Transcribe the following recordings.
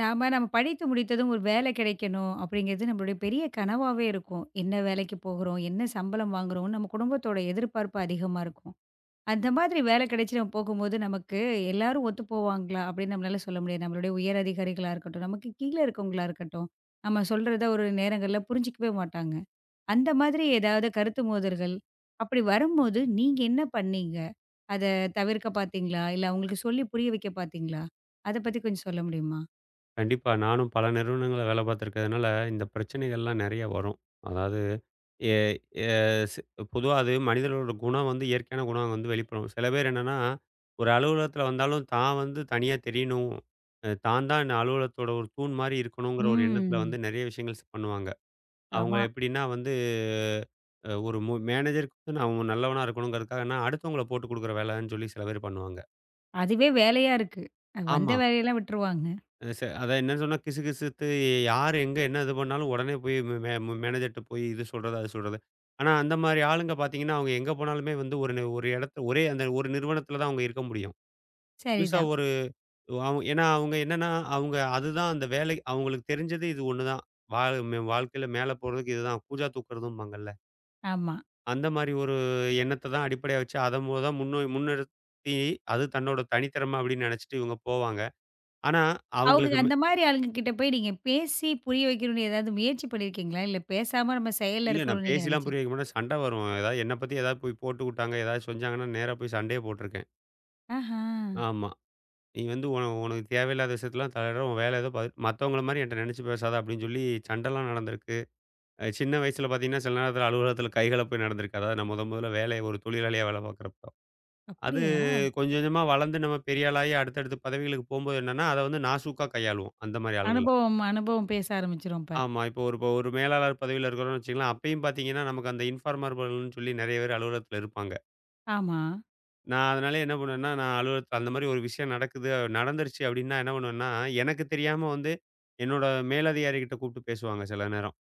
நம்ம படித்து முடித்ததும் ஒரு வேலை கிடைக்கணும் அப்படிங்கிறது நம்மளுடைய பெரிய கனவாவே இருக்கும். என்ன வேலைக்கு போகுறோம்? என்ன சம்பளம் வாங்குறோம்ன்னு நம்ம குடும்பத்தோட எதிர்பார்ப்பு அதிகமா இருக்கும். அந்த மாதிரி வேலை கிடைச்சு நம்ம போகும்போது, நமக்கு எல்லாரும் ஒத்து போவாங்களா? அப்படின்னு நம்மளால சொல்ல முடியாது. நம்மளுடைய உயர் அதிகாரிகளா இருக்கட்டும், நமக்கு கீழ இருக்கவங்களா இருக்கட்டும், நம்ம சொல்றத ஒரு நேரங்கள்ல புரிஞ்சுக்கவே மாட்டாங்க. அந்த மாதிரி ஏதாவது கருத்து மோதல்கள், அப்படி வரும்போது நீங்க என்ன பண்ணீங்க? அத தவிர்க்க பாத்தீங்களா? இல்ல அவங்களுக்கு சொல்லி புரிய வைக்க பாத்தீங்களா? அத பத்தி கொஞ்சம் சொல்ல முடியுமா? கண்டிப்பா. நானும் பல நிறுவனங்கள்ல வேலை பார்த்துருக்கிறதுனால, இந்த பிரச்சனைகள்லாம் நெறைய வரும். அதாவது எ எ ஸ் பொதுவா அது மனிதர்களோட குணம் வந்து இயற்கையான குணம் வந்து வெளிப்படும். சில பேர் என்னன்னா, ஒரு அலுவலகத்தில வந்தாலும் தான் வந்து தனியா தெரியணும். அ தான் தான் இந்த அலுவலகத்தோட ஒரு தூண் மாரி இருக்கணுங்கிற ஒரு எண்ணத்தில வந்து ம். நெறைய விஷயங்கள் பண்ணுவாங்க. அவங்க ஆமா. எப்படின்னா வந்து, ஒரு மேனேஜருக்கு நான் நல்லவனா இருக்கணுங்கிறதுக்காகன்னா, அடுத்தவங்கள போட்டு குடுக்குற வேலைன்னு சொல்லி சில பேர் பண்ணுவாங்க. அதுவே வேலையா இருக்கு. அது வந்த ஆமா. வேலையெல்லாம் விட்டுருவாங்க. அ ச அதான் என்னன்னு சொன்னா கிசுகிசுத்து யார் எங்க என்ன இது பண்ணாலும் உடனே போய் மே மே மேனேஜர்ட்ட போய் இது சொல்றது, அது சொல்றது. ஆனா அந்த மாரி ஆளுங்க பார்த்தீங்கன்னா, அவங்க எங்க போனாலுமே வந்து ஒரு ஒரு இடத்து ஒரே அந்த ஒரு நிறுவனத்தில தான் அவங்க இருக்க முடியும். புதுசா சரிதான். ஒரு ஏன்னா அவங்க என்னன்னா, அவங்க அதுதான் அந்த வேலை அவங்களுக்கு தெரிஞ்சது இது ஒண்ணு தான். வாழ்க்கையில மேல போறதுக்கு இதுதான் கூஜா தூக்குறதும்பாங்கல்ல. ஆமா. அந்த மாரி ஒரு எண்ணத்த தான் அடிப்படையா வச்சு அத மொத தான் முன்னோ முன்னெடுத்தி அது தன்னோட தனித்திறமை அப்படின்னு நினைச்சுட்டு இவங்க போவாங்க. ஆனா அவங்க அவங்களுக்கு அந்த மாரி ஆளுங்க கிட்ட போய் நீங்க பேசி புரிய வைக்கணும்னு ஏதாவது முயற்சி பண்ணியிருக்கீங்களா? இல்ல பேசாம நம்ம செயல்ல இல்ல, நான் இருக்கணும்னு நீங்க பேசிலாம் புரிய வைக்க மாட்டேன். சண்ட வரும். ஏதாவது என்ன பத்தி ஏதாவது போய் போட்டுவுட்டாங்க, ஏதாவது செஞ்சாங்கன்னா, நேரா போய் சண்டையே போட்டுருக்கேன். ஆஹா! ஆமா. "நீ வந்து உனக்கு தேவையில்லாத விஷயத்துலலாம் தலையிடுற. உன் வேலை ஏதோ பாரு. மத்தவங்கள மாரி என்ட்ட நெனச்சு பேசாத" அப்படின்னு சொல்லி சண்டலாம் நடந்திருக்கு. சின்ன வயசுல பாத்தீங்கன்னா, சில நேரத்துல அலுவலகத்துல கைகலப்பு நடந்திருக்கு. அதாவது நான் மொதல்ல வேலைய ஒரு தொழிலாளியா வேலை பாக்குறப்போ. அது அப்படியா? கொஞ்சம் கொஞ்சமா வளர்ந்து நம்ம பெரிய ஆளாகி அடுத்தடுத்த பதவிகளுக்கு போம்போது என்னன்னா, அத வந்து நாசூக்கா கையாளுவோம். அந்த மாரி ஆளுங்கள. அனுபவம் அனுபவம் பேச ஆரம்பிச்சுரும் அப்ப. ஆமா. இப்போ ஒரு மேலாளர் பதவியில இருக்கிறோம்னு வச்சுக்கங்களேன், அப்பயும் பாத்தீங்கன்னா, நமக்கு அந்த இன்ஃபார்மர்கள்ன்னு சொல்லி நெறைய பேர் அலுவலகத்துல இருப்பாங்க. ஆமா. நான் அதனால என்ன பண்ணுவேன்னா, நான் அலுவலகத்தில அந்த மாரி ஒரு விஷயம் நடக்குது, நடந்துருச்சு அப்டின்னா என்ன பண்ணுவேன்னா, எனக்கு தெரியாம வந்து என்னோட மேலதிகாரிகிட்ட கூப்ட்டு பேசுவாங்க சில நேரம்.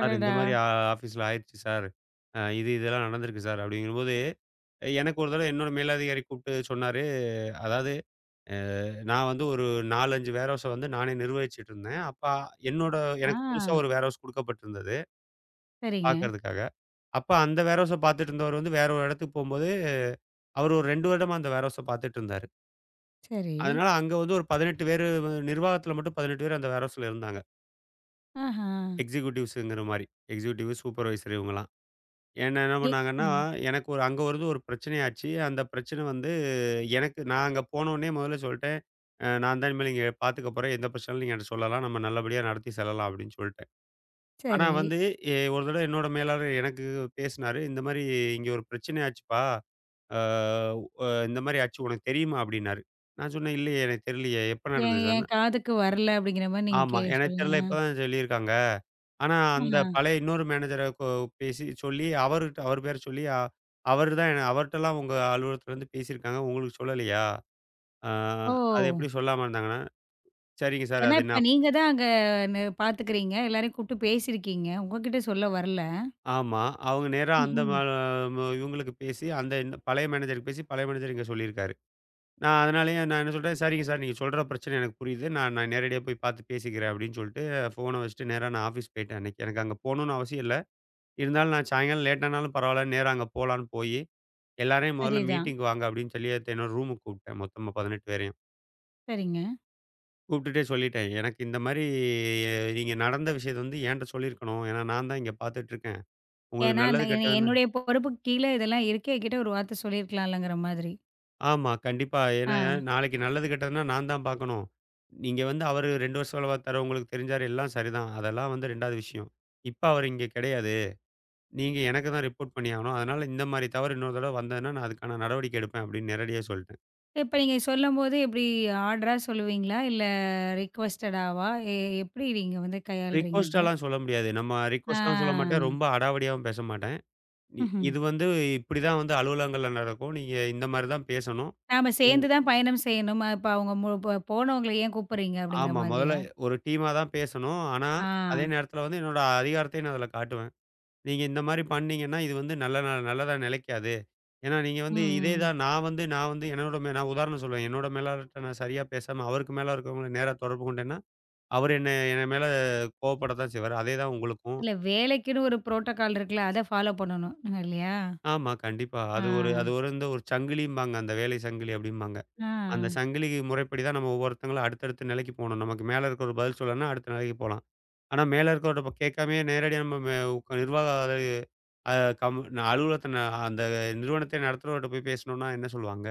"சார் இந்த மாரி ஆஃபீஸ்ல ஆயிருச்சு சார். இது இதெல்லாம் நடந்திருக்கு சார்" அப்டிங்கும்போது, எனக்கு ஒரு தடவ என்னோட மேலதிகாரி கூப்ட்டு சொன்னாரு. அதாவது அ நான் வந்து ஒரு 4, 5 வேர்ஹவுஸ வந்து நானே நிர்வகிச்சுட்ருந்தேன். அப்ப என்னோட ஆ, எனக்கு புதுசா ஒரு வேர்ஹவுஸ் குடுக்கப்பட்டிருந்தது சரிங்க. பாக்கறதுக்காக. அப்ப அந்த வேர்ஹவுஸ பாத்துட்டு இருந்தவர் வந்து வேற ஒரு இடத்துக்கு போம்போது, அவர் ஒரு 2 வருடமா அந்த வேர்ஹவுஸ பாத்துட்டு இருந்தாரு. சரி. அதனால அங்க வந்து ஒரு 18 பேரு வ நிர்வாகத்துல மட்டும் 18 பேர் அந்த வேர்ஹவுஸ்ல இருந்தாங்க. ஆஹா! எக்ஸிக்யூட்டிவ்ஸ்ங்கிற மாரி. எக்ஸிக்யூட்டிவ், சூப்பர்வைசர் இவங்கலாம். என்ன என்ன எ பண்ணாங்கன்னா, ம். எனக்கு ஒரு அங்க வந்து ஒரு பிரச்சனையாச்சு. அந்த பிரச்சனை வந்து எனக்கு நான் அங்க போனோனே முதல்ல சொல்ட்டேன். நான் தான் இனிமேல் இங்க பார்த்துக்க போறேன். எந்த பிரச்சனையும் நீங்க என்ட்ட சொல்லலாம். நம்ம நல்லபடியா நடத்தி செல்லலாம் அப்படின்னு சொல்ட்டேன். ஆனா சரி. வந்து ஒரு தடவ என்னோட மேலாளர் எனக்கு பேசினாரு. இந்த மாரி இங்க ஒரு பிரச்சனை ஆச்சுப்பா. ஆ, அ இந்த மாரி ஆச்சு உனக்கு தெரியுமா? அப்படின்னாரு. நான் சொன்னேன், இல்லையே எனக்கு தெரியலையே. எப்ப என் நடந்தது? என் காதுக்கு வரல அப்படிங்கிற மாரி நீங்க ஆமா. எனக்கு தெரியல. சொல்லுங்க. இப்ப தான் சொல்லியிருக்காங்க. ஆனா, அந்த ஆஹா. பழைய இன்னொரு மேனேஜர கூ பேசி சொல்லி அவருட்ட அவர் பேர சொல்லி அவரு தான் என்ன அவர்ட்டலாம் உங்க அலுவலகத்துலருந்து பேசியிருக்காங்க. உங்களுக்கு சொல்லலையா? ஆ ஓ! அது எப்படி சொல்லாம இருந்தாங்கன்னா, சரிங்க சார். ஏன்னா, அது என்ன இப்ப நீங்க தான் அங்க ந பாத்துக்கிறீங்க. எல்லாரையும் கூப்பிட்டு பேசியிருக்கீங்க. உங்ககிட்ட சொல்ல வரல. ஆமா. அவங்க நேரா அந்த ம ம்ஹ்ம். ம இவங்களுக்கு பேசி அந்த இந்த பழைய மேனேஜருக்கு பேசி பழைய மேனேஜர் இங்க சொல்லியிருக்காரு. நான் அதனாலேயே நான் என்ன சொல்ட்டேன், சரிங்க சார். நீங்க சொல்ற பிரச்சனை எனக்கு புரியுது. நான் நான் நேரடியா போய் பார்த்து பேசிக்கிறேன் அப்படின்னு சொல்ட்டு, ஃபோன வச்சுட்டு நேரா நான் ஆஃபீஸ் போயிட்டேன் அன்னைக்கு. எனக்கு அங்க போணும்னு அவசியம் இல்ல. இருந்தாலும் நான் சாயங்காலம் லேட் ஆனாலும் பரவாயில்ல, நேரா அங்க போலான்னு போயி, எல்லாரையும் முதல்ல சரிதான். மீட்டிங்க்கு வாங்க அப்படின்னு சொல்லி அது என்னோட ரூமுக்கு கூப்பிட்டேன். மொத்தமா 18 பேரையும். சரிங்க. கூப்பிட்டுட்டே சொல்லிட்டேன். எனக்கு இந்த மாரி நீங்க நடந்த விஷயத்த வந்து என்ட்ட சொல்லியிருக்கணும். ஏன்னா நான் தான் இங்க பார்த்துட்டுருக்கேன். உங்களுக்கு ஏன்னா, நல்லது நான் கெட்டதுன்னு என்னுடைய பொறுப்புக்கு கீழ இதெல்லாம் இருக்கு. என்கிட்ட ஒரு வார்த்த சொல்லியிருக்கலாம்லங்கிற மாதிரி. ஆமா. கண்டிப்பா. ஆ. ஏன்னா நாளைக்கு நல்லது கெட்டதுன்னா நான் தான் பார்க்கணும். நீங்க வந்து அவரு 2 வருஷ வேலை பார்த்தாரு. உங்களுக்கு தெரிஞ்சாரு எல்லாம் சரிதான். அதெல்லாம் வந்து 2வது விஷயம். இப்ப அவரு இங்க கிடையாது. நீங்க எனக்கு தான் ரிப்போர்ட் பண்ணியாகணும். அதனால இந்த மாரி தவறு இன்னொரு தடவ வந்ததுன்னா நான் அதுக்கான நடவடிக்கை எடுப்பேன் அப்படின்னு நேரடியா சொல்ட்டேன். இப்ப நீங்க சொல்லும்போது எப்படி ஆர்டரா சொல்லுவீங்களா? இல்ல ரிக்வெஸ்டடாவா? எப்படி நீங்க வந்து கையாளுறீங்க அத? ரிக்வெஸ்ட்டாலாம் சொல்ல முடியாது. நம்ம ஆ. ரிக்வெஸ்ட்டாவும் சொல்ல மாட்டேன். ரொம்ப அடாவடியாவும் பேச மாட்டேன். இ ம்ஹ்ம். இது வந்து இப்படி தான் வந்து அலுவலகங்கள்ல நடக்கும். நீங்க இந்த மாரி தான் பேசணும். நாம உ சேர்ந்து தான் பயணம் செய்யணுமா? இப்ப அவங்க மு ப போனவங்கள ஏன் கூப்பிடுறீங்க அப்படிங்கிற ஆமா. முதல்ல மாதிரியா? ஒரு டீமா தான் பேசணும். ஆனா, ஆ. அதே நேரத்தில வந்து என்னோட அதிகாரத்தையும் நான் அதில காட்டுவேன். நீங்க இந்த மாரி பண்ணீங்கன்னா, இது வந்து நல்ல நல்லதா நிலைக்காது. ஏன்னா, நீங்க வந்து இதே ம். தான் நான் வந்து என்னோட நான் உதாரணம் சொல்லுவேன். என்னோட மேலாளர்ட்ட நான் சரியா பேசாம, அவருக்கு மேல இருக்கிறவங்கள நேரா தொடர்பு கொண்டேன்னா, அவர் என்ன என் மேல கோவப்படத்தான் செய்வாரு. அதே தான் உங்களுக்கும். இல்ல வேலைக்குன்னு ஒரு புரோட்டோகால் இருக்குல்ல, அத ஃபாலோ பண்ணணும் நாங்க இல்லையா? ஆமா, கண்டிப்பா. ஆ. அது ஒரு இந்த ஒரு சங்கிலிம்பாங்க. அந்த வேலை சங்கிலி அப்டிம்பாங்க. ஆ. அந்த சங்கிலி முறைப்படி தான் நம்ம ஒவ்வொருத்தங்களும் அடுத்தடுத்த நிலைக்கு போணும். நமக்கு மேல இருக்கிறவர் பதில் சொல்லலன்னா, அடுத்த நிலைக்கு போலாம். ஆனா மேல இருக்கிறவர்ட்ட இப்ப கேட்காமயே நேரடியா நம்ம மே உக்க நிர்வாக அது அ கம் அலுவலகத்த ந அந்த நிறுவனத்தை நடத்துறவர்ட்ட போய் பேசணும்னா என்ன சொல்லுவாங்க?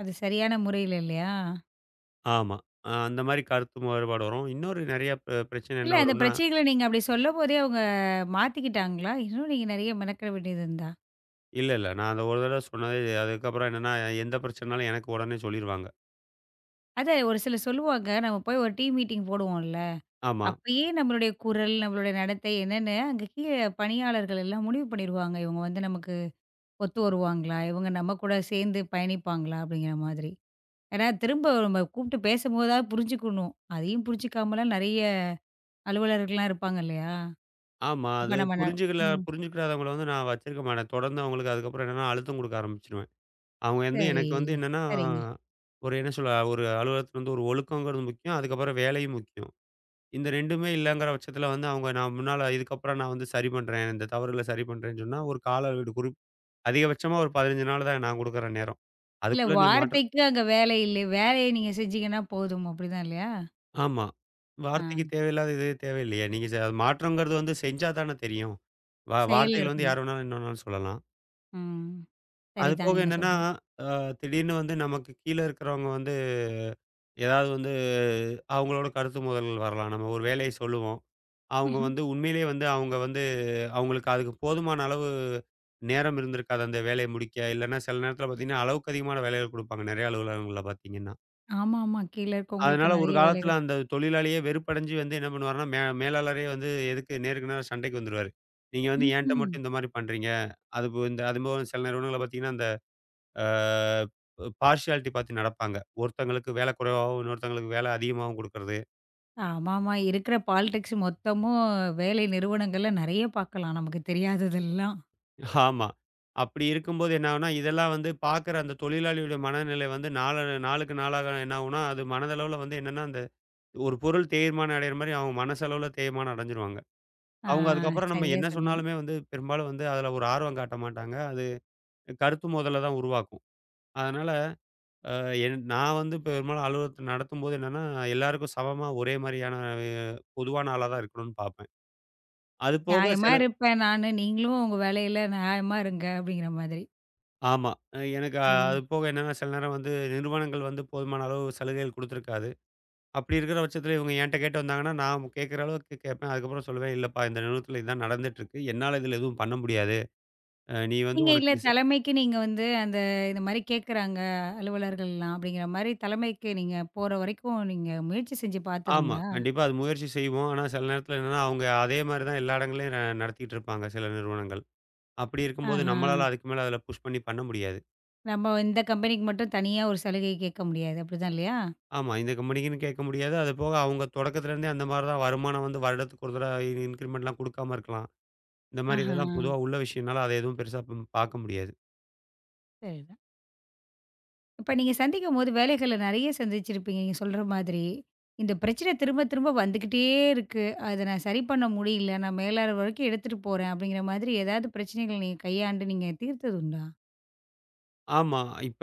அது சரியான முறையில இல்லையா? ஆமா. அந்த மாரி கருத்து வேறுபாடு வரும். இன்னொரு நெறைய பிரச்சனை இல்ல என்ன அந்த வரும்னா பிரச்சனைகள நீங்க அப்படி சொல்லும்போதே அவங்க மாத்திக்கிட்டாங்களா? இன்னும் நீங்க நெறைய மெனக்கெட வேண்டியது இருந்தா? இல்ல, இல்ல. நான் அத ஒரு தடவ சொன்னது அதுக்கப்புறம் என்னன்னா, எந்த பிரச்சனைனாலும் எனக்கு உடனே சொல்லிருவாங்க. அதான் ஒரு சிலர் சொல்லுவாங்க, நம்ம போய் ஒரு டீம் மீட்டிங் போடுவோம்ல, ஆமா. அப்பயே நம்மளுடைய குரல், நம்மளுடைய நடத்தை என்னன்னு அங்க கீழ பணியாளர்கள் எல்லாம் முடிவு பண்ணிருவாங்க. இவங்க வந்து நமக்கு ஒத்து வருவாங்களா? இவங்க நம்ம கூட சேர்ந்து பயணிப்பாங்களா? அப்படிங்கிற மாதிரி. ஏன்னா திரும்ப நம்ம கூப்பிட்டு பேசும்போதாவது புரிஞ்சுக்கணும். அதையும் புரிஞ்சுக்காமலாம் நெறைய அலுவலர்கள்லாம் இருப்பாங்க இல்லையா? ஆமா. அப்ப அது நம்ம ம். புரிஞ்சுக்கிடாதவங்கள வந்து நான் வச்சிருக்க மாட்டேன். தொடர்ந்து அவங்களுக்கு அதுக்கப்புறம் என்னன்னா அழுத்தம் குடுக்க ஆரம்பிச்சுருவேன். அவங்க வந்து சரி, எனக்கு வந்து என்னன்னா, சரிங்க. ஒரு என்ன சொல்ல ஒரு அலுவலகத்துல வந்து ஒரு ஒழுக்கங்கிறது முக்கியம். அதுக்கப்புறம் வேலையும் முக்கியம். இந்த 2மே இல்லங்கிற பட்சத்துல வந்து அவங்க நான் முன்னால இதுக்கப்புறம் நான் வந்து சரி பண்றேன். இந்த தவறுகள சரி பண்றேன்னு சொன்னா, ஒரு கால அளவீடு குறி அதிகபட்சமா ஒரு 15 நாள் தான் நான் குடுக்குற நேரம். இல்ல அதுக்குள்ள நீ மாற்ற வார்த்தைக்கு அங்க வேலை இல்லை. வேலைய நீங்க செஞ்சீங்கன்னா போதும் அப்படிதான் இல்லையா? ஆமா. வார்த்தைக்கு ஆ. தேவையில்லாத இது தேவையில்லையே! நீங்க மாற்றங்கிறது வந்து செஞ்சா தானே தெரியும். செயல் வார்த்தைகள் வந்து இருக்கணும். யார் வேணாலும் என்ன வேணாலும் சொல்லலாம். ம். அது சரிதான் போக நீங்க என்னன்னா, சொல்றது. அ திடீர்னு வந்து நமக்கு கீழ இருக்கிறவங்க வந்து ஏதாவது வந்து அவங்களோட கருத்து மோதல்கள் வரலாம். நம்ம ஒரு வேலைய சொல்லுவோம். அவங்க ம்ஹ்ம். வந்து உண்மையிலேயே வந்து அவங்க வந்து அவங்களுக்கு அதுக்கு போதுமான அளவு நேரம் இருந்திருக்காது அந்த வேலைய முடிக்க. இல்லன்னா சில நேரத்தில பார்த்தீங்கன்னா, அளவுக்கு அதிகமான வேலைகள் குடுப்பாங்க நெறைய அலுவலகங்கள்ல பார்த்தீங்கன்னா. ஆமாமா. கீழ இருக்கவங்களுக்கு அதனால ஒரு நெறைய காலத்தில வேலைகள். அந்த தொழிலாளியே வெறுப்படைஞ்சு வந்து என்ன பண்ணுவாருன்னா, மேலாளரே வந்து எதுக்கு நேருக்கு நேரா சண்டைக்கு வந்துருவாரு. நீங்க வந்து ஏன்ட்ட ம்ஹ்ம். மட்டும் இந்த மாரி பண்றீங்க. அது போ இந்த அதுபோக சில நிறுவனங்கள்ல பார்த்தீங்கன்னா, அந்த அ பார்ஷியாலிட்டி பார்த்து நடப்பாங்க. ஒருத்தங்களுக்கு வேலை குறைவாவும், இன்னொருத்தங்களுக்கு வேலை அதிகமாவும் குடுக்கறது. ஆமாமா. இருக்கிற பாலிடிக்ஸ் மொத்தமும் வேலை நிறுவனங்கள்ல நெறைய பார்க்கலாம். நமக்கு தெரியாததெல்லாம். ஆமா. அப்படி இருக்கும்போது என்ன ஆகும்னா, இதெல்லாம் வந்து பார்க்குற அந்த தொழிலாளியுடைய மனநிலை வந்து நாளுக்கு நாளாக என்ன ஆகும்னா, அது மனதளவுல வந்து என்னன்னா, அந்த ஒரு பொருள் தேய்மானம் அடையிற மாரி அவங்க மனசளவுல தேய்மானம் அடைஞ்சிருவாங்க. ஆ, அவங்க அதுக்கப்புறம் நம்ம சரியா என்ன சொன்னீங்க. சொன்னாலுமே வந்து பெரும்பாலும் வந்து அதில ஒரு ஆர்வம் காட்ட மாட்டாங்க. அது கருத்து மோதல தான் உருவாக்கும். அதனால அ என் நான் வந்து பெரும்பாலும் அலுவலகத்த நடத்தும்போது என்னன்னா, எல்லாருக்கும் சமமா ஒரே மாரியான பொதுவான ஆளா தான் இருக்கணும்னு பார்ப்பேன். அது போக நியாயமா சில இருப்பேன் நானு. நீங்களும் உங்க வேலையில நியாயமா இருங்க அப்படிங்கிற மாதிரி. ஆமா. எனக்கு ஆ. அது போக என்னன்னா, சில நேரம் வந்து நிறுவனங்கள் வந்து போதுமான அளவு சலுகைகள் குடுத்துருக்காது. அப்படி இருக்கிற பட்சத்தில இவங்க என்ட்ட கேட்டு வந்தாங்கன்னா, நான் கேட்கிற அளவுக்கு கேட்பேன். அதுக்கப்புறம் சொல்லுவேன், "இல்லப்பா இந்த நிறுவனத்தில இதுதான் நடந்துட்டுருக்கு. என்னால இதில எதுவும் பண்ண முடியாது. நீ வந்து நீங்க இல்ல உனக்கு இது" ச- தலைமைக்கு நீங்க வந்து அந்த இந்த மாரி கேட்குறாங்க அலுவலர்கள்லாம் அப்படிங்கிற மாரி தலைமைக்கு நீங்க போற வரைக்கும் நீங்க முயற்சி செஞ்சு ஆமா. பார்த்ததுண்டா? கண்டிப்பா அது முயற்சி செய்வோம். ஆனா சில நேரத்தில என்னன்னா, அவங்க அதே மாரி தான் எல்லா இடங்கள்லயும் நடத்திட்டு இருப்பாங்க சில நிறுவனங்கள். அப்படி இருக்கும்போது ஆஹா. நம்மளால அதுக்கு மேல அதில புஷ் பண்ணி பண்ண முடியாது. நம்ம இந்த கம்பெனிக்கு மட்டும் தனியா ஒரு சலுகை கேட்க முடியாது. அப்படிதான் இல்லையா? ஆமா. இந்த கம்பெனிக்குன்னு கேட்க முடியாது. அது போக அவங்க தொடக்கத்திலேருந்தே அந்த மாரி தான் வருமானம் வந்து வருடத்துக்கு ஒரு தடவ இன்கிரிமென்ட்லாம் குடுக்காம இருக்கலாம். இந்த மாரி ஆஹா. இதெல்லாம் பொதுவா உள்ள விஷயம்னால, அத எதுவும் பெருசா பார்க்க முடியாது. சரிதான். இப்ப நீங்க சந்திக்கும்போது வேலைகள்ல நெறைய சந்திச்சிருப்பீங்க நீங்க சொல்ற மாதிரி. இந்த பிரச்சனை திரும்ப திரும்ப வந்துகிட்டே இருக்கு. அத நான் சரி பண்ண முடியல. நான் மேலாளர் வரைக்கும் எடுத்துட்டு போறேன் அப்படிங்கிற மாதிரி ஏதாவது பிரச்சனைகள் நீங்க கையாண்டு நீங்க தீர்த்ததுண்டா? ஆமா. இப்ப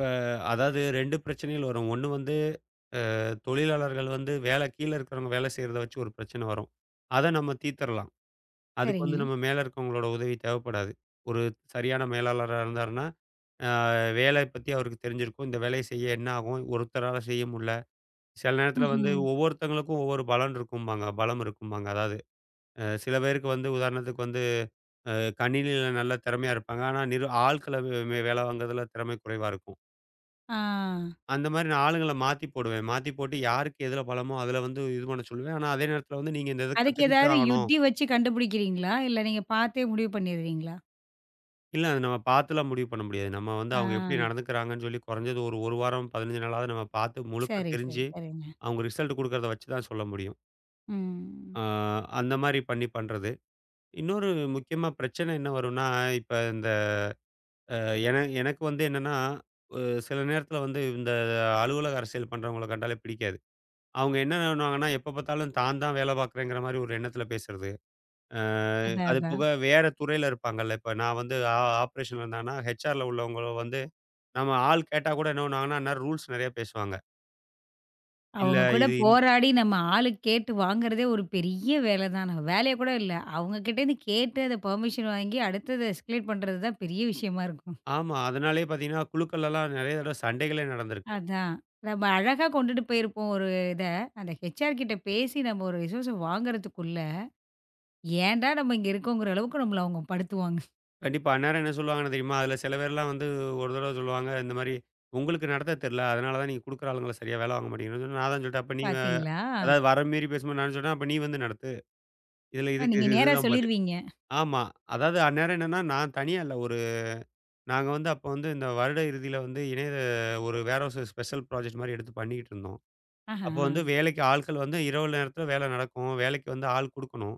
அதாவது 2 பிரச்சனைகள் வரும். ஒண்ணு வந்து தொழிலாளர்கள் வந்து வேலை கீழ இருக்கிறவங்க வேலை செய்றத வச்சு ஒரு பிரச்சனை வரும். அத நம்ம தீர்த்தரலாம். அதுக்கு வந்து சரிங்க. நம்ம மேல இருக்கவங்களோட உதவி தேவைப்படாது. ஒரு சரியான மேலாளரா இருந்தாருன்னா, அ வேலை பத்தி அவருக்கு தெரிஞ்சிருக்கும். இந்த வேலைய செய்ய என்ன ஆகும்? ஒருத்தரால செய்ய முடியல. சில நேரத்தில வந்து ம்ஹ்ம். ஒவ்வொருத்தங்களுக்கும் ஒவ்வொரு பலன் இருக்கும்பாங்க பலம் இருக்கும்பாங்க. அதாவது சில பேருக்கு வந்து உதாரணத்துக்கு வந்து அ கணினியில நல்லா திறமையா இருப்பாங்க. ஆனா, ஆட்கள வே வே வேலை வாங்குறதுல திறமை குறைவா இருக்கும். ஆ. அந்த மாரி நான் ஆளுங்கள மாத்தி போடுவேன். மாத்தி போட்டு யாருக்கு எதுல பலமோ, அதுல வந்து இது பண்ண சொல்லுவேன். ஆனா, அதே நேரத்துல வந்து நீங்க இந்த இத அதுக்கு கத்துக்கிட்டு ஏதாவது தான் ஆகணும். யுத்தி வச்சு கண்டுபிடிக்கிறீங்களா? இல்ல நீங்க பார்த்தே முடிவு பண்ணிடுறீங்களா? இல்ல அது நம்ம பாத்துலாம் முடிவு பண்ண முடியாது. நம்ம வந்து ஆ. அவங்க எப்படி நடந்துக்கிறாங்கன்னு சொல்லி குறைஞ்சது ஒரு 1 வாரம் 15 நாளாவது நம்ம பாத்து முழுக்க சரி, சரி, தெரிஞ்சு, சரிங்க. அவங்க ரிசல்ட் குடுக்கறத வச்சு தான் சொல்ல முடியும். ம். அ அந்த மாரி பண்ணி பண்றது. இன்னொரு முக்கியமா பிரச்சனை என்ன வரும்னா, இப்ப இந்த எனக்கு வந்து என்னன்னா, அ சில நேரத்தில வந்து இந்த அலுவலக அரசியல் பண்றவங்கள கண்டாலே பிடிக்காது. அவங்க என்ன பண்ணுவாங்கன்னா, எப்ப பார்த்தாலும் தான் தான் வேலை பார்க்குறேங்கிற மாரி ஒரு எண்ணத்தில பேசுறது. அ அதான், அது அதான். போக வேற துறையில இருப்பாங்கல்ல. இப்ப நான் வந்து ஆப்பரேஷன்ல இருந்தாங்கன்னா, ஹெச்ஆர்ல உள்ளவங்க வந்து நம்ம ஆள் கேட்டா கூட என்ன பண்ணுவாங்கன்னா, அந்நேரம் ரூல்ஸ் நெறைய பேசுவாங்க. இல்ல அவங்க கூட இது இந் போராடி நம்ம ஆளு கேட்டு வாங்குறதே ஒரு பெரிய வேலை தான். நம்ம வேலையா கூட இல்ல. அவங்க கிட்டேருந்து கேட்டு அத பெர்மிஷன் வாங்கி அடுத்தது எஸ்கலேட் பண்றது தான் பெரிய விஷயமா இருக்கும். ஆமா. அதனாலேயே பார்த்தீங்கன்னா, குழுக்கள்லலாம் நெறைய தடவ சண்டைகளே நடந்திருக்கு. அதான். நம்ம அழகா கொண்டுட்டு போயிருப்போம் ஒரு இத. அந்த ஹெச்ஆர் கிட்ட பேசி நம்ம ஒரு ரிசோர்ஸ வாங்குறதுக்குள்ள, ஏன்டா நம்ம இங்க இருக்கோங்கிற அளவுக்கு நம்மள அவங்க படுத்துவாங்க. கண்டிப்பா. அந்நேரம் என்ன சொல்லுவாங்கன்னு தெரியுமா? அதில சில பேர்லாம் வந்து ஒரு தடவ சொல்லுவாங்க, இந்த மாரி உங்களுக்கு நடத்த தெரில. அதனால தான் நீங்க குடுக்குற ஆளுங்கள சரியா வேல வாங்க மாட்டேங்கிறீங்கன்னு சொன்னோனே, நான் தான் சொல்லிட்டேன். அப்ப நீ வ பார்த்தீங்களா? அதாவது வர மீறி பேசும்போது நான் சொன்னேன், அப்ப நீ வந்து நடத்து. இதில இதுக்கு நீங்க நேரா இதுதான் பதில். சொல்லிருவீங்க. ஆமா. அதாவது அந்நேரம் என்னன்னா, நான் தனியா இல்ல. ஒரு நாங்க வந்து அப்ப வந்து இந்த வருட இறுதியில வந்து ஒரு வேர்ஹவுஸ் ஸ்பெஷல் ப்ராஜெக்ட் மாரி எடுத்து பண்ணிக்கிட்டு இருந்தோம். ஆஹா. அப்போ வந்து வேலைக்கு ஆட்கள் வந்து இரவு நேரத்தில வேல நடக்கும். வேலைக்கு வந்து ஆள் குடுக்கணும்.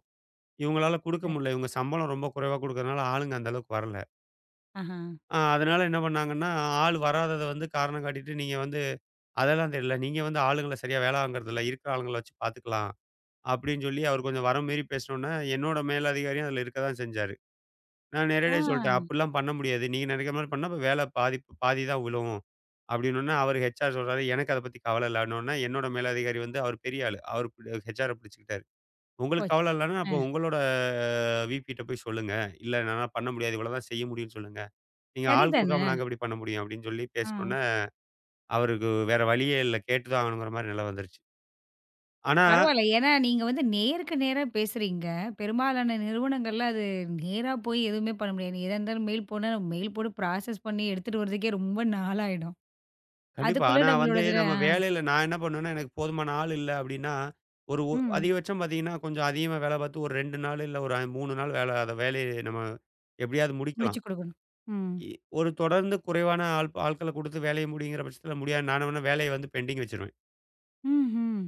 இவங்களால குடுக்க முடியல. இவங்க சம்பளம் ரொம்ப குறைவா குடுக்கறதுனால ஆளுங்க அந்த அளவுக்கு வரல. ஆஹா. அதனால என்ன பண்ணாங்கன்னா, ஆள் வராதத வந்து காரணம் காட்டிட்டு, நீங்க வந்து அதெல்லாம் தெரியல. நீங்க வந்து ஆளுங்கள சரியா வேலை வாங்குறதில்ல. இருக்கிற ஆளுங்கள வச்சு பார்த்துக்கலாம். அப்படின்னு சொல்லி அவர் கொஞ்சம் வர மாரி பேசினோனே, என்னோட மேலதிகாரியும் அதில இருக்க தான் செஞ்சாரு. நான் ஆ. நேரடியா சொல்ட்டேன். "அப்படிலாம் பண்ண முடியாது. நீங்க நினைக்கிற மாரி பண்ணா, அப்ப வேலை பாதி பாதி தான் விழும்." அப்படின்னோனே, அவரு ஹெச்ஆர் சொல்றாரு, "எனக்கு அத பத்தி கவலை இல்ல." அப்படின்னோனே, என்னோட மேலதிகாரி வந்து அவரு பெரிய ஆளு. அவரு ஹெச்ஆர பிடிச்சுக்கிட்டாரு. "உங்களுக்கு போச்சு. கவலை இல்லன்னா, அ அப்ப உங்களோட விபிட்ட போய் சொல்லுங்க. இல்ல என்னால பண்ண முடியாது. இவ்வளவு தான் செய்ய முடியும்னு சொல்லுங்க." நீங்க ஆள் சரிதானே! குடுக்காம நாங்க எப்படி பண்ண முடியும்? அப்படின்னு சொல்லி ஆ. பேசினோனே, அவருக்கு வேற வழியே இல்ல. கேட்டு தான் ஆகணுங்கிற மாரி நிலை வந்துருச்சு. ஆனா பரவால்ல. ஏன்னா, நீங்க வந்து நேருக்கு நேரா பேசுறீங்க. பெரும்பாலான நிறுவனங்கள்ல அது நேரா போய் எதுவுமே பண்ண முடியாது. எதா இருந்தாலும் மெயில் போனா, மெயில் போட்டு ப்ராசஸ் பண்ணி எடுத்துட்டு வரதுக்கே ரொம்ப நாளாயிடும். கண்டிப்பா. அதுக்குள்ள ஆனா நம்மளோட வந்து இதுல நம்ம ஆ. வேலையில நான் என்ன பண்ணுவேன்னா, எனக்கு போதுமான ஆள் இல்ல அப்படின்னா, ஒரு ஒ ம். அதிகபட்சம் பார்த்தீங்கன்னா, கொஞ்சம் அதிகமா வேலை பார்த்து ஒரு 2 நாள் இல்ல ஒரு 3 நாள் வேலை வேலைய நம்ம எப்படியாவது முடிச்சு முடிக்கலாம். குடுக்கணும். ம். இ ஒரு தொடர்ந்து குறைவான ஆட்கள குடுத்து வேலைய முடிங்கிற பட்சத்தில முடியாது. நான் வேணா வேலைய வந்து பெண்டிங் வச்சுருவேன். ம்ஹ்ம்.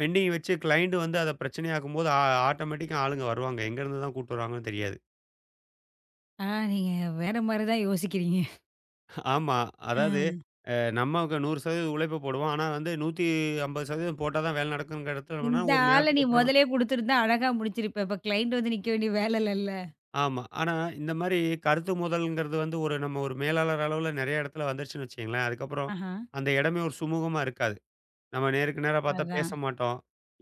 பெண்டிங் வச்சு கிளையண்ட் வந்து அத பிரச்சனையாக்கும்போது ஆட்டோமேட்டிக்கா ஆளுங்க வருவாங்க. எங்கேருந்து தான் கூட்டு வராங்கன்னு தெரியாது. ஆனா, நீங்க வேற மாரி தான் யோசிக்கிறீங்க. ஆமா. அதாவது அ. அ நம்ம 100% உழைப்பு போடுவோம். ஆனா வந்து 150% போட்டா தான் வேலை நடக்குங்கிற இடத்துல என்னன்னா, இந்த ஒரு ஆள நீ நேரத்துக்கு அப்புறம் நா- மொதலயே குடுத்துருந்தா அழகா முடிச்சிருப்ப. இப்ப கிளையண்ட் வந்து நிக்க வேண்டிய வேலைலல்ல. ஆமா. ஆனா இந்த மாரி கருத்து மோதல்ங்கிறது வந்து ஒரு நம்ம ஒரு மேலாளர் அளவுல நெறைய இடத்துல வந்துருச்சுன்னு வச்சுக்கங்களேன், அதுக்கப்புறம் ஆஹா. அந்த இடமே ஒரு சுமூகமா இருக்காது. நம்ம நேருக்கு நேரா பார்த்தா பேச அதான். மாட்டோம்.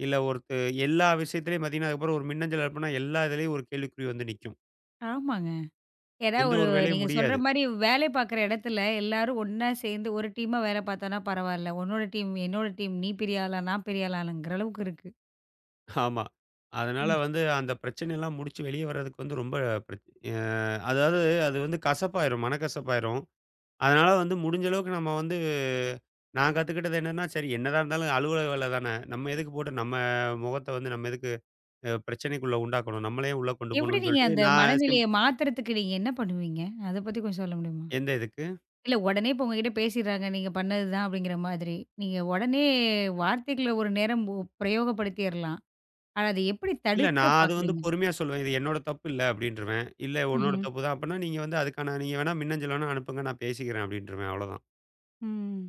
இல்ல ஒருத்து எல்லா விஷயத்திலயும் பார்த்தீங்கன்னா, அதுக்கப்புறம் ஒரு மின்னஞ்சல் அனுப்புனா எல்லா இதுலயும் ஒரு கேள்விக்குறி வந்து நிக்கும். ஆமாங்க. ஏன்னா, எந்த ஒரு ஒரு வேலையும் நீங்க சொல்ற முடியாது. மாரி வேலை பார்க்குற இடத்துல எல்லாரும் ஒண்ணா சேர்ந்து ஒரு டீமா வேலை பார்த்தோம்னா பரவால்ல. உன்னோட டீம், என்னோட டீம், நீ பெரிய ஆளா, நான் பெரிய ஆளாங்கிற அளவுக்கு இருக்கு. ஆமா. அதனால ம். வந்து அந்த பிரச்சனையெல்லாம் முடிச்சு வெளிய வர்றதுக்கு வந்து ரொம்ப பிரச் அ அதாவது அது வந்து கசப்பாயிரும், மனக்கசப்பாயிரும். அதனால வந்து முடிஞ்ச அளவுக்கு நம்ம வந்து நான் கத்துக்கிட்டது என்னன்னா, சரி என்னதான் இருந்தாலும் அலுவலக வேல தானே. நம்ம எதுக்கு போட்டு நம்ம முகத்த வந்து நம்ம எதுக்கு பிரச்சனைக்குள்ள உண்டாக்கணும்? நம்மளே உள்ள கொண்டு எப்படி போணும்னு நீங்க சொல்லிட்டு அந்த நான் சிம் மனநிலைய மாத்துறதுக்கு நீங்க என்ன பண்ணுவீங்க? அத பத்தி கொஞ்சம் சொல்ல முடியுமா? எந்த இதுக்கு? இல்ல உடனே இப்போ உங்ககிட்ட பேசிடுறாங்க, நீங்க பண்ணது தான் அப்படிங்கிற மாதிரி. நீங்க உடனே வார்த்தைகள ஒரு நேரம் பிரயோகப்படுத்திறலாம். ஆனா அத எப்படி இல்ல தடுக்க நான் அது வந்து பார்க்குறீங்க? பொறுமையா சொல்லுவேன். இது என்னோட தப்பு இல்ல அப்டின்றுவேன். இல்ல உன்னோட ம்ஹ்ம். தப்பு தான். அப்பன்னா நீங்க வந்து அதுக்கான நீங்க வேணா மின்னஞ்சல் வேணா அனுப்புங்க நான் பேசிக்கிறேன் அப்டின்றுவேன். அவ்வளோதான். ம்.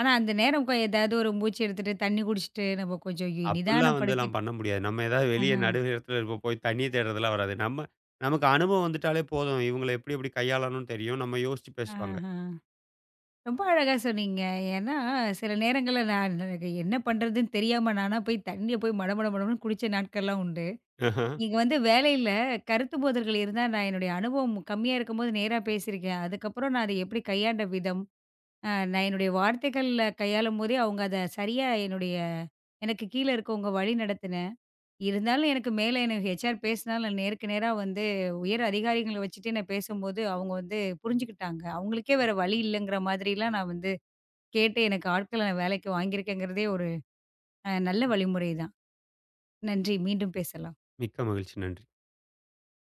ஆனா அந்த நேரம் ஏதாவது ஒரு மூச்சு எடுத்துட்டு, தண்ணி குடிச்சுட்டு, நம்ம கொஞ்சம் அப்படிலாம் வந்துலாம் நிதானப்படுத்திட்டு பண்ண முடியாது. நம்ம ஏதாவது வெளிய ஆஹ. நடு இடத்துல இருப்போம். போய் தண்ணீ தேடுறதெல்லாம் வராது. நமக்கு அனுபவம் வந்துட்டாலே போதும். இவங்கள எப்படி எப்படி கையாளணும்னு தெரியும். நம்ம யோசிச்சு பேசுவாங்க. ஆஹா. ரொம்ப அழகா சொன்னீங்க. ஏன்னா, சில நேரங்கள்ல நான் எனக்கு என்ன பண்றதுன்னு தெரியாம நானா போய் தண்ணீய போய் மடமட மடன்னு குடிச்ச நாட்கள்லாம் உண்டு. ஆஹ. நீங்க வந்து வேலையில கருத்து மோதல்கள் இருந்தா, நான் என்னுடைய அனுபவம் கம்மியா இருக்கும்போது நேரா பேசியிருக்கேன். அதுக்கப்புறம் நான் அத எப்படி கையாண்ட விதம், நான் என்னுடைய வார்த்தைகள்ல கையாளும்போதே, அவங்க அத சரியா என்னுடைய எனக்கு கீழ இருக்கவங்க வழி நடத்தின இருந்தாலும் எனக்கு மேல எனக்கு ஹெச்ஆர் பேசினாலும் நான் நேருக்கு நேரா வந்து உயர் அதிகாரிகள வச்சுட்டு நான் பேசும்போது, அவங்க வந்து புரிஞ்சுக்கிட்டாங்க. அவங்களுக்கே வேற வழி இல்லங்கிற மாதிரிலாம் நான் வந்து கேட்டு எனக்கு ஆட்கள நான் வேலைக்கு வாங்கியிருக்கேங்கிறதே ஒரு நல்ல வழிமுறை தான். நன்றி. மீண்டும் பேசலாம். மிக்க மகிழ்ச்சி. நன்றி.